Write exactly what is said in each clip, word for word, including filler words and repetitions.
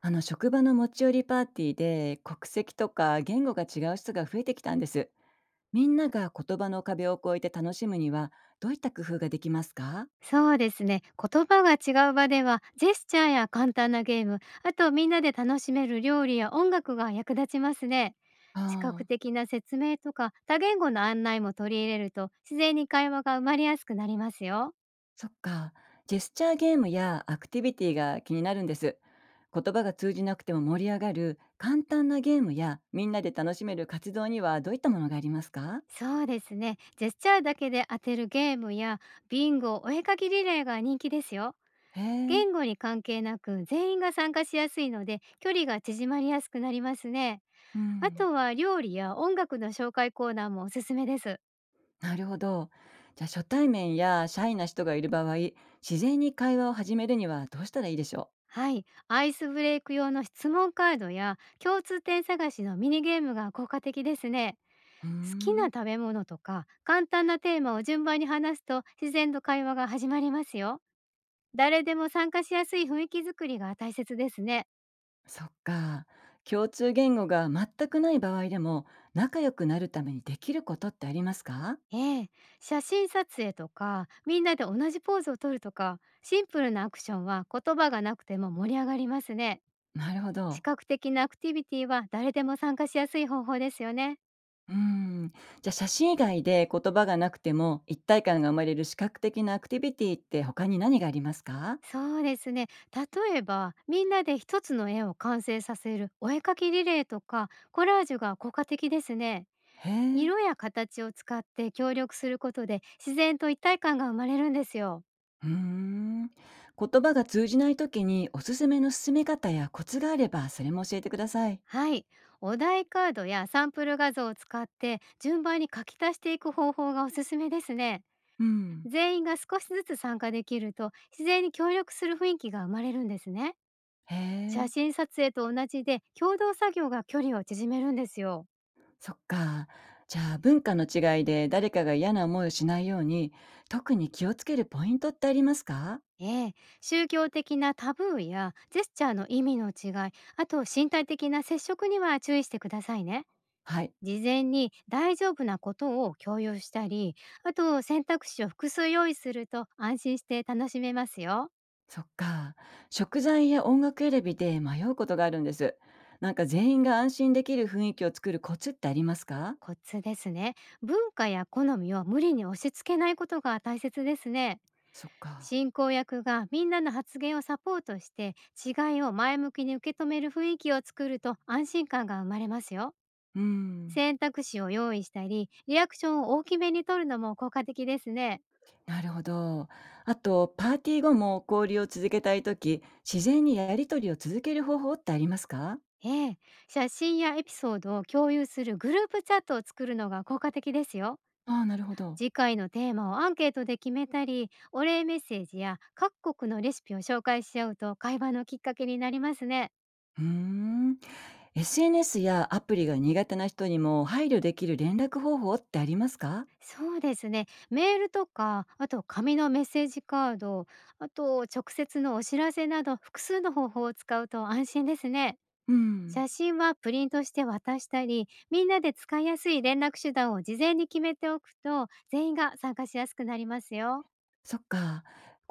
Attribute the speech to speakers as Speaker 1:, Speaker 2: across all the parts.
Speaker 1: あの職場の持ち寄りパーティーで国籍とか言語が違う人が増えてきたんです。みんなが言葉の壁を越えて楽しむにはどういった工夫ができますか？
Speaker 2: そうですね。言葉が違う場では、ジェスチャーや簡単なゲーム、あとみんなで楽しめる料理や音楽が役立ちますね。
Speaker 1: あ
Speaker 2: 視覚
Speaker 1: あ。
Speaker 2: 的な説明とか多言語の案内も取り入れると、自然に会話が生まれやすくなりますよ。
Speaker 1: そっか。ジェスチャーゲームやアクティビティが気になるんです。言葉が通じなくても盛り上がる簡単なゲームやみんなで楽しめる活動にはどういったものがありますか？
Speaker 2: そうですね。ジェスチャーだけで当てるゲームやビンゴ、お絵かきリレーが人気ですよ。
Speaker 1: へえ。
Speaker 2: 言語に関係なく全員が参加しやすいので、距離が縮まりやすくなりますね。
Speaker 1: う
Speaker 2: あ
Speaker 1: ん。
Speaker 2: とは料理や音楽の紹介コーナーもおすすめです。
Speaker 1: なるほど。じゃあ初対面やシャイな人がいる場合、自然に会話を始めるにはどうしたらいいでしょう？
Speaker 2: はい、アイスブレイク用の質問カードや共通点探しのミニゲームが効果的ですね。
Speaker 1: うー
Speaker 2: 好きな
Speaker 1: ん。
Speaker 2: 食べ物とか簡単なテーマを順番に話すと、自然と会話が始まりますよ。誰でも参加しやすい雰囲気づくりが大切ですね。
Speaker 1: そっか。共通言語が全くない場合でも仲良くなるためにできることってありますか？
Speaker 2: ええ、写真撮影とか、みんなで同じポーズを取るとか、シンプルなアクションは言葉がなくても盛り上がりますね。
Speaker 1: なるほ
Speaker 2: 視
Speaker 1: ど。
Speaker 2: 覚的なアクティビティは誰でも参加しやすい方法ですよね。
Speaker 1: うーん。じゃあ写真以外で言葉がなくても一体感が生まれる視覚的なアクティビティって他に何がありますか？
Speaker 2: そうですね。例えば、みんなで一つの絵を完成させるお絵かきリレーとか、コラージュが効果的ですね。
Speaker 1: へえ。
Speaker 2: 色や形を使って協力することで、自然と一体感が生まれるんですよ。
Speaker 1: うーん。言葉が通じない時におすすめの進め方やコツがあればそれも教えてください。
Speaker 2: はい。お題カードやサンプル画像を使って、順番に書き足していく方法がおすすめですね。
Speaker 1: うん。
Speaker 2: 全員が少しずつ参加できると、自然に協力する雰囲気が生まれるんですね。
Speaker 1: へ
Speaker 2: 写
Speaker 1: え。
Speaker 2: 真撮影と同じで、共同作業が距離を縮めるんですよ。
Speaker 1: そっか。じゃあ文化の違いで誰かが嫌な思いをしないように特に気をつけるポイントってありますか？
Speaker 2: ええ、宗教的なタブーやジェスチャーの意味の違い、あと身体的な接触には注意してくださいね。
Speaker 1: はい。
Speaker 2: 事前に大丈夫なことを共有したり、あと選択肢を複数用意すると安心して楽しめますよ。
Speaker 1: そっか。食材や音楽選びで迷うことがあるんです。なんか全員が安心できる雰囲気を作るコツってありますか？
Speaker 2: コツですね。文化や好みを無理に押し付けないことが大切ですね。
Speaker 1: そっか。
Speaker 2: 進行役がみんなの発言をサポートして、違いを前向きに受け止める雰囲気を作ると、安心感が生まれますよ。
Speaker 1: うーん。
Speaker 2: 選択肢を用意したり、リアクションを大きめに取るのも効果的ですね。
Speaker 1: なるほど。あと、パーティー後も交流を続けたいとき、自然にやりとりを続ける方法ってありますか？
Speaker 2: ええ、写真やエピソードを共有するグループチャットを作るのが効果的ですよ。
Speaker 1: ああー、なるほど。
Speaker 2: 次回のテーマをアンケートで決めたり、お礼メッセージや各国のレシピを紹介し合うと、会話のきっかけになりますね。
Speaker 1: うーん。エスエヌエス やアプリが苦手な人にも配慮できる連絡方法ってありますか？
Speaker 2: そうですね。メールとか、あと紙のメッセージカード、あと直接のお知らせなど、複数の方法を使うと安心ですね。
Speaker 1: うん。
Speaker 2: 写真はプリントして渡したり、みんなで使いやすい連絡手段を事前に決めておくと、全員が参加しやすくなりますよ。
Speaker 1: そっか。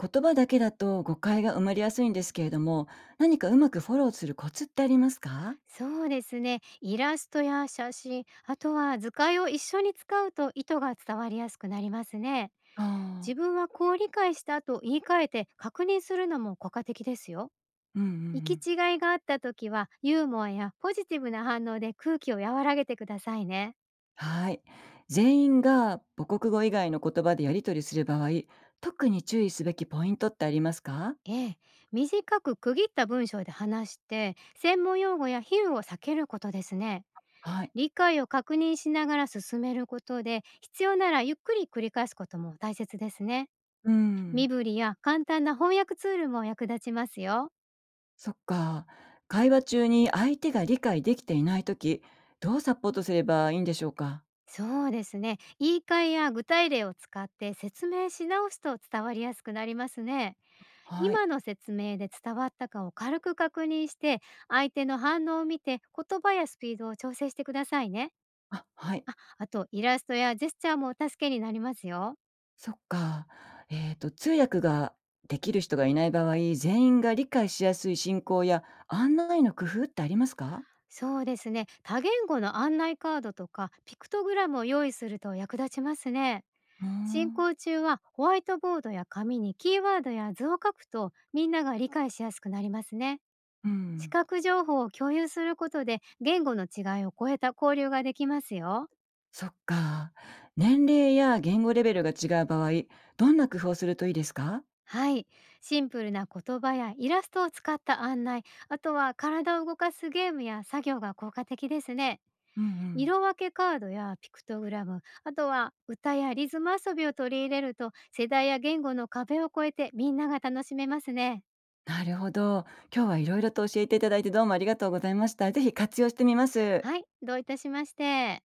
Speaker 1: 言葉だけだと誤解が生まれやすいんですけれども、何かうまくフォローするコツってありますか？
Speaker 2: そうですね。イラストや写真、あとは図解を一緒に使うと、意図が伝わりやすくなりますね。
Speaker 1: ああ。
Speaker 2: 自分はこう理解したと言い換えて確認するのも効果的ですよ。
Speaker 1: うんうんう
Speaker 2: 行
Speaker 1: ん。
Speaker 2: き違いがあった時は、ユーモアやポジティブな反応で空気を和らげてくださいね。
Speaker 1: はい。全員が母国語以外の言葉でやり取りする場合、特に注意すべきポイントってありますか？
Speaker 2: ええ、短く区切った文章で話して、専門用語や比喩を避けることですね。
Speaker 1: はい。
Speaker 2: 理解を確認しながら進めることで、必要ならゆっくり繰り返すことも大切ですね。
Speaker 1: う
Speaker 2: 身
Speaker 1: ん。
Speaker 2: 振りや簡単な翻訳ツールも役立ちますよ。
Speaker 1: そっか。会話中に相手が理解できていないとき、どうサポートすればいいんでしょうか？
Speaker 2: そうですね、言い換えや具体例を使って説明し直すと伝わりやすくなりますね。
Speaker 1: はい。
Speaker 2: 今の説明で伝わったかを軽く確認して、相手の反応を見て言葉やスピードを調整してくださいね。
Speaker 1: あ、はい。
Speaker 2: あと、イラストやジェスチャーも助けになりますよ。
Speaker 1: そっか。えっと、通訳ができる人がいない場合、全員が理解しやすい進行や案内の工夫ってありますか？
Speaker 2: そうですね。多言語の案内カードとかピクトグラムを用意すると役立ちますね。
Speaker 1: うー
Speaker 2: 進
Speaker 1: ん。
Speaker 2: 行中はホワイトボードや紙にキーワードや図を書くと、みんなが理解しやすくなりますね。
Speaker 1: う
Speaker 2: 視
Speaker 1: ん。
Speaker 2: 覚情報を共有することで、言語の違いを超えた交流ができますよ。
Speaker 1: そっか。年齢や言語レベルが違う場合、どんな工夫をするといいですか？
Speaker 2: はい。シンプルな言葉やイラストを使った案内、あとは体を動かすゲームや作業が効果的ですね。
Speaker 1: うんうん。
Speaker 2: 色分けカードやピクトグラム、あとは歌やリズム遊びを取り入れると、世代や言語の壁を越えて、みんなが楽しめますね。
Speaker 1: なるほど。今日はいろいろと教えていただいてどうもありがとうございました。ぜひ活用してみます。
Speaker 2: はい、どういたしまして。